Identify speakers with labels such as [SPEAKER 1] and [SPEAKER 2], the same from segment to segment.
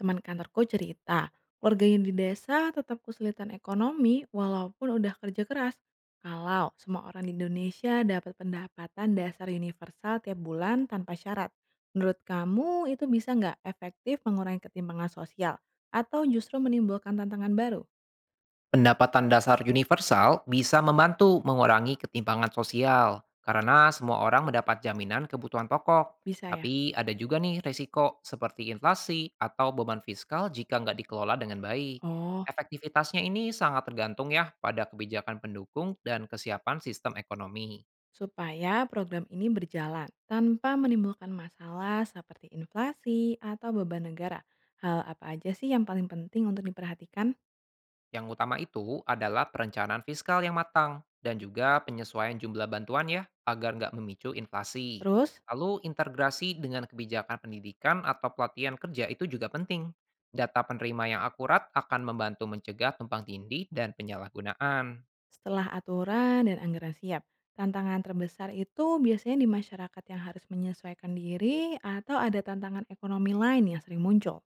[SPEAKER 1] Teman kantorku cerita, keluarganya di desa tetap kesulitan ekonomi walaupun udah kerja keras. Kalau semua orang di Indonesia dapat pendapatan dasar universal tiap bulan tanpa syarat, menurut kamu itu bisa nggak efektif mengurangi ketimpangan sosial atau justru menimbulkan tantangan baru?
[SPEAKER 2] Pendapatan dasar universal bisa membantu mengurangi ketimpangan sosial karena semua orang mendapat jaminan kebutuhan pokok.
[SPEAKER 1] Bisa ya?
[SPEAKER 2] Tapi ada juga nih resiko seperti inflasi atau beban fiskal jika nggak dikelola dengan baik.
[SPEAKER 1] Oh,
[SPEAKER 2] Efektivitasnya ini sangat tergantung ya pada kebijakan pendukung dan kesiapan sistem ekonomi.
[SPEAKER 1] supaya program ini berjalan tanpa menimbulkan masalah seperti inflasi atau beban negara. Hal apa aja sih yang paling penting untuk diperhatikan?
[SPEAKER 2] Yang utama itu adalah perencanaan fiskal yang matang dan juga penyesuaian jumlah bantuan ya agar nggak memicu inflasi.
[SPEAKER 1] Terus,
[SPEAKER 2] Lalu integrasi dengan kebijakan pendidikan atau pelatihan kerja itu juga penting. Data penerima yang akurat akan membantu mencegah tumpang tindih dan penyalahgunaan.
[SPEAKER 1] setelah aturan dan anggaran siap, tantangan terbesar itu biasanya di masyarakat yang harus menyesuaikan diri atau ada tantangan ekonomi lain yang sering muncul.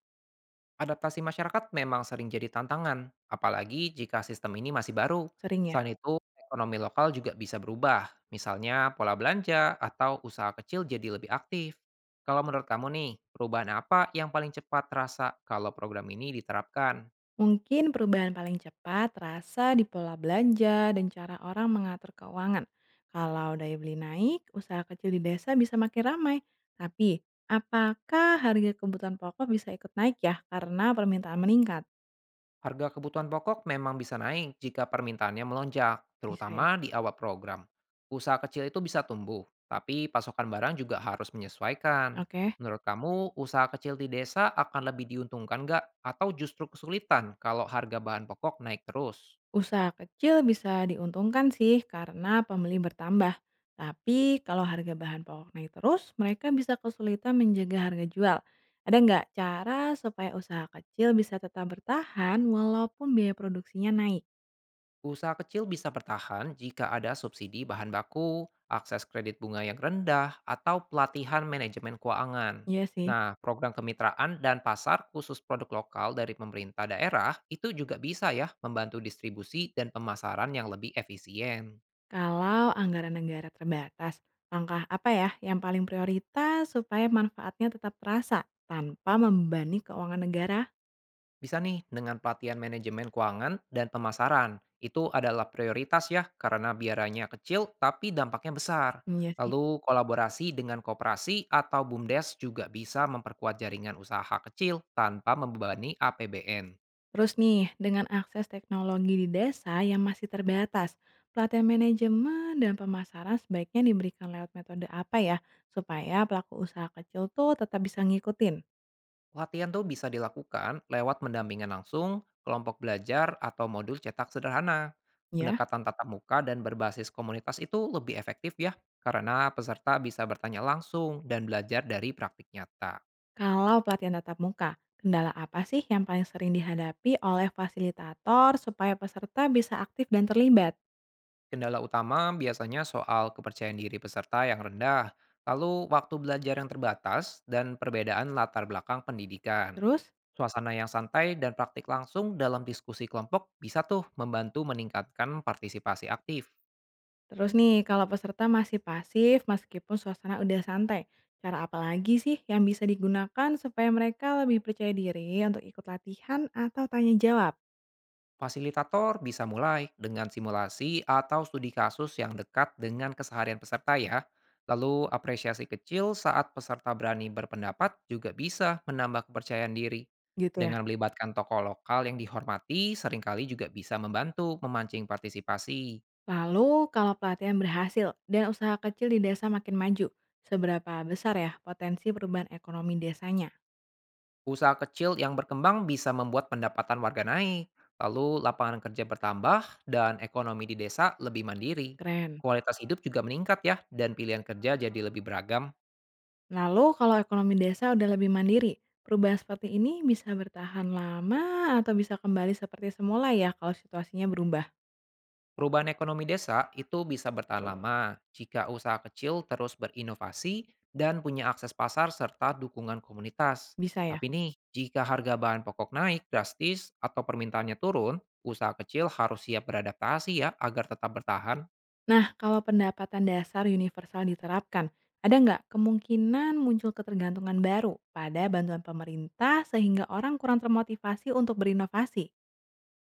[SPEAKER 2] Adaptasi masyarakat memang sering jadi tantangan, apalagi jika sistem ini masih baru.
[SPEAKER 1] Sering ya.
[SPEAKER 2] Selain itu, ekonomi lokal juga bisa berubah, misalnya pola belanja atau usaha kecil jadi lebih aktif. Kalau menurut kamu nih, perubahan apa yang paling cepat terasa kalau program ini diterapkan?
[SPEAKER 1] Mungkin perubahan paling cepat terasa di pola belanja dan cara orang mengatur keuangan. Kalau daya beli naik, usaha kecil di desa bisa makin ramai. Tapi, apakah harga kebutuhan pokok bisa ikut naik ya karena permintaan meningkat?
[SPEAKER 2] Harga kebutuhan pokok memang bisa naik jika permintaannya melonjak,
[SPEAKER 1] Bisa ya.
[SPEAKER 2] terutama di awal program. Usaha kecil itu bisa tumbuh, tapi pasokan barang juga harus menyesuaikan.
[SPEAKER 1] Oke.
[SPEAKER 2] Menurut kamu, usaha kecil di desa akan lebih diuntungkan nggak? Atau justru kesulitan kalau harga bahan pokok naik terus?
[SPEAKER 1] Usaha kecil bisa diuntungkan sih karena pembeli bertambah. Tapi kalau harga bahan pokok naik terus, mereka bisa kesulitan menjaga harga jual. Ada nggak cara supaya usaha kecil bisa tetap bertahan walaupun biaya produksinya naik?
[SPEAKER 2] Usaha kecil bisa bertahan jika ada subsidi bahan baku, akses kredit bunga yang rendah, atau pelatihan manajemen keuangan.
[SPEAKER 1] Iya sih,
[SPEAKER 2] Nah, program kemitraan dan pasar khusus produk lokal dari pemerintah daerah itu juga bisa ya membantu distribusi dan pemasaran yang lebih efisien.
[SPEAKER 1] kalau anggaran negara terbatas, langkah apa ya yang paling prioritas supaya manfaatnya tetap terasa tanpa membebani keuangan negara?
[SPEAKER 2] Bisa nih dengan pelatihan manajemen keuangan dan pemasaran. Itu adalah prioritas ya, karena biaranya kecil tapi dampaknya besar.
[SPEAKER 1] Iya sih.
[SPEAKER 2] Lalu kolaborasi dengan koperasi atau BUMDes juga bisa memperkuat jaringan usaha kecil tanpa membebani APBN.
[SPEAKER 1] Terus nih, dengan akses teknologi di desa yang masih terbatas, pelatihan manajemen dan pemasaran sebaiknya diberikan lewat metode apa ya, supaya pelaku usaha kecil tuh tetap bisa ngikutin,
[SPEAKER 2] Pelatihan tuh bisa dilakukan lewat pendampingan langsung, kelompok belajar, atau modul cetak sederhana.
[SPEAKER 1] ya?
[SPEAKER 2] Pendekatan tatap muka dan berbasis komunitas itu lebih efektif ya, karena peserta bisa bertanya langsung dan belajar dari praktik nyata.
[SPEAKER 1] Kalau pelatihan tatap muka, kendala apa sih yang paling sering dihadapi oleh fasilitator supaya peserta bisa aktif dan terlibat?
[SPEAKER 2] Kendala utama biasanya soal kepercayaan diri peserta yang rendah, lalu waktu belajar yang terbatas, dan perbedaan latar belakang pendidikan.
[SPEAKER 1] Terus,
[SPEAKER 2] Suasana yang santai dan praktik langsung dalam diskusi kelompok bisa tuh membantu meningkatkan partisipasi aktif.
[SPEAKER 1] Terus nih, kalau peserta masih pasif meskipun suasana udah santai, cara apa lagi sih yang bisa digunakan supaya mereka lebih percaya diri untuk ikut latihan atau tanya jawab
[SPEAKER 2] Fasilitator bisa mulai dengan simulasi atau studi kasus yang dekat dengan keseharian peserta ya. Lalu apresiasi kecil saat peserta berani berpendapat juga bisa menambah kepercayaan diri.
[SPEAKER 1] gitu ya?
[SPEAKER 2] Dengan melibatkan tokoh lokal yang dihormati, seringkali juga bisa membantu memancing partisipasi.
[SPEAKER 1] Lalu kalau pelatihan berhasil dan usaha kecil di desa makin maju, seberapa besar ya potensi perubahan ekonomi desanya?
[SPEAKER 2] Usaha kecil yang berkembang bisa membuat pendapatan warga naik, lalu lapangan kerja bertambah, dan ekonomi di desa lebih mandiri.
[SPEAKER 1] Keren.
[SPEAKER 2] Kualitas hidup juga meningkat ya, dan pilihan kerja jadi lebih beragam.
[SPEAKER 1] Lalu kalau ekonomi desa udah lebih mandiri, perubahan seperti ini bisa bertahan lama atau bisa kembali seperti semula ya kalau situasinya berubah?
[SPEAKER 2] Perubahan ekonomi desa itu bisa bertahan lama jika usaha kecil terus berinovasi dan punya akses pasar serta dukungan komunitas.
[SPEAKER 1] Bisa ya?
[SPEAKER 2] Tapi nih, jika harga bahan pokok naik drastis atau permintaannya turun, usaha kecil harus siap beradaptasi ya agar tetap bertahan.
[SPEAKER 1] Nah, kalau pendapatan dasar universal diterapkan, ada nggak kemungkinan muncul ketergantungan baru pada bantuan pemerintah sehingga orang kurang termotivasi untuk berinovasi?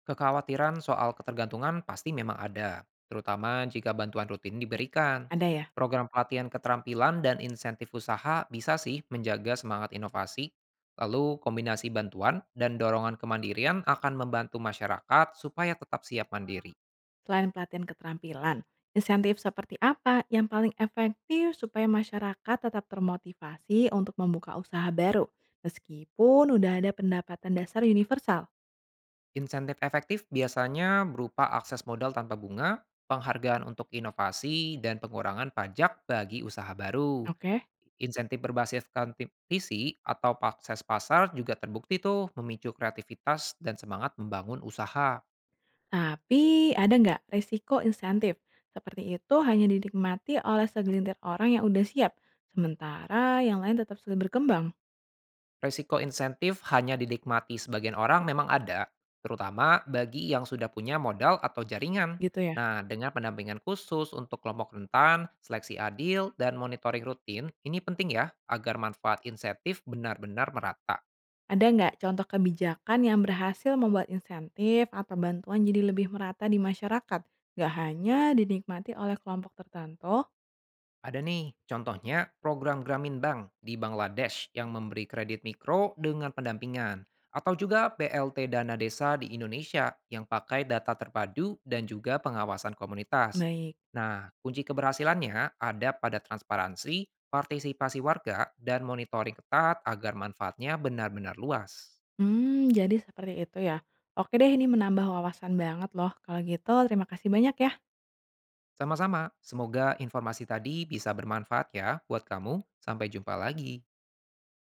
[SPEAKER 2] Kekhawatiran soal ketergantungan pasti memang ada, terutama jika bantuan rutin diberikan.
[SPEAKER 1] Ada ya?
[SPEAKER 2] Program pelatihan keterampilan dan insentif usaha bisa sih menjaga semangat inovasi. Lalu kombinasi bantuan dan dorongan kemandirian akan membantu masyarakat supaya tetap siap mandiri.
[SPEAKER 1] Selain pelatihan keterampilan, insentif seperti apa yang paling efektif supaya masyarakat tetap termotivasi untuk membuka usaha baru meskipun udah ada pendapatan dasar universal?
[SPEAKER 2] Insentif efektif biasanya berupa akses modal tanpa bunga, penghargaan untuk inovasi, dan pengurangan pajak bagi usaha baru.
[SPEAKER 1] Oke.
[SPEAKER 2] Insentif berbasis kompetisi atau akses pasar juga terbukti tuh memicu kreativitas dan semangat membangun usaha.
[SPEAKER 1] Tapi ada nggak resiko insentif? Seperti itu hanya dinikmati oleh segelintir orang yang udah siap, sementara yang lain tetap sulit berkembang,
[SPEAKER 2] Resiko insentif hanya dinikmati sebagian orang memang ada, terutama bagi yang sudah punya modal atau jaringan.
[SPEAKER 1] gitu ya?
[SPEAKER 2] Nah, dengan pendampingan khusus untuk kelompok rentan, seleksi adil, dan monitoring rutin, ini penting ya agar manfaat insentif benar-benar merata.
[SPEAKER 1] Ada nggak contoh kebijakan yang berhasil membuat insentif atau bantuan jadi lebih merata di masyarakat? Nggak hanya dinikmati oleh kelompok tertentu?
[SPEAKER 2] Ada nih, contohnya program Gramin Bank di Bangladesh yang memberi kredit mikro dengan pendampingan, atau juga BLT Dana Desa di Indonesia yang pakai data terpadu dan juga pengawasan komunitas.
[SPEAKER 1] Baik.
[SPEAKER 2] Nah, kunci keberhasilannya ada pada transparansi, partisipasi warga, dan monitoring ketat agar manfaatnya benar-benar luas.
[SPEAKER 1] Hmm, jadi seperti itu ya. Oke deh, ini menambah wawasan banget loh. Kalau gitu, terima kasih banyak ya.
[SPEAKER 2] Sama-sama, semoga informasi tadi bisa bermanfaat ya buat kamu. Sampai jumpa lagi.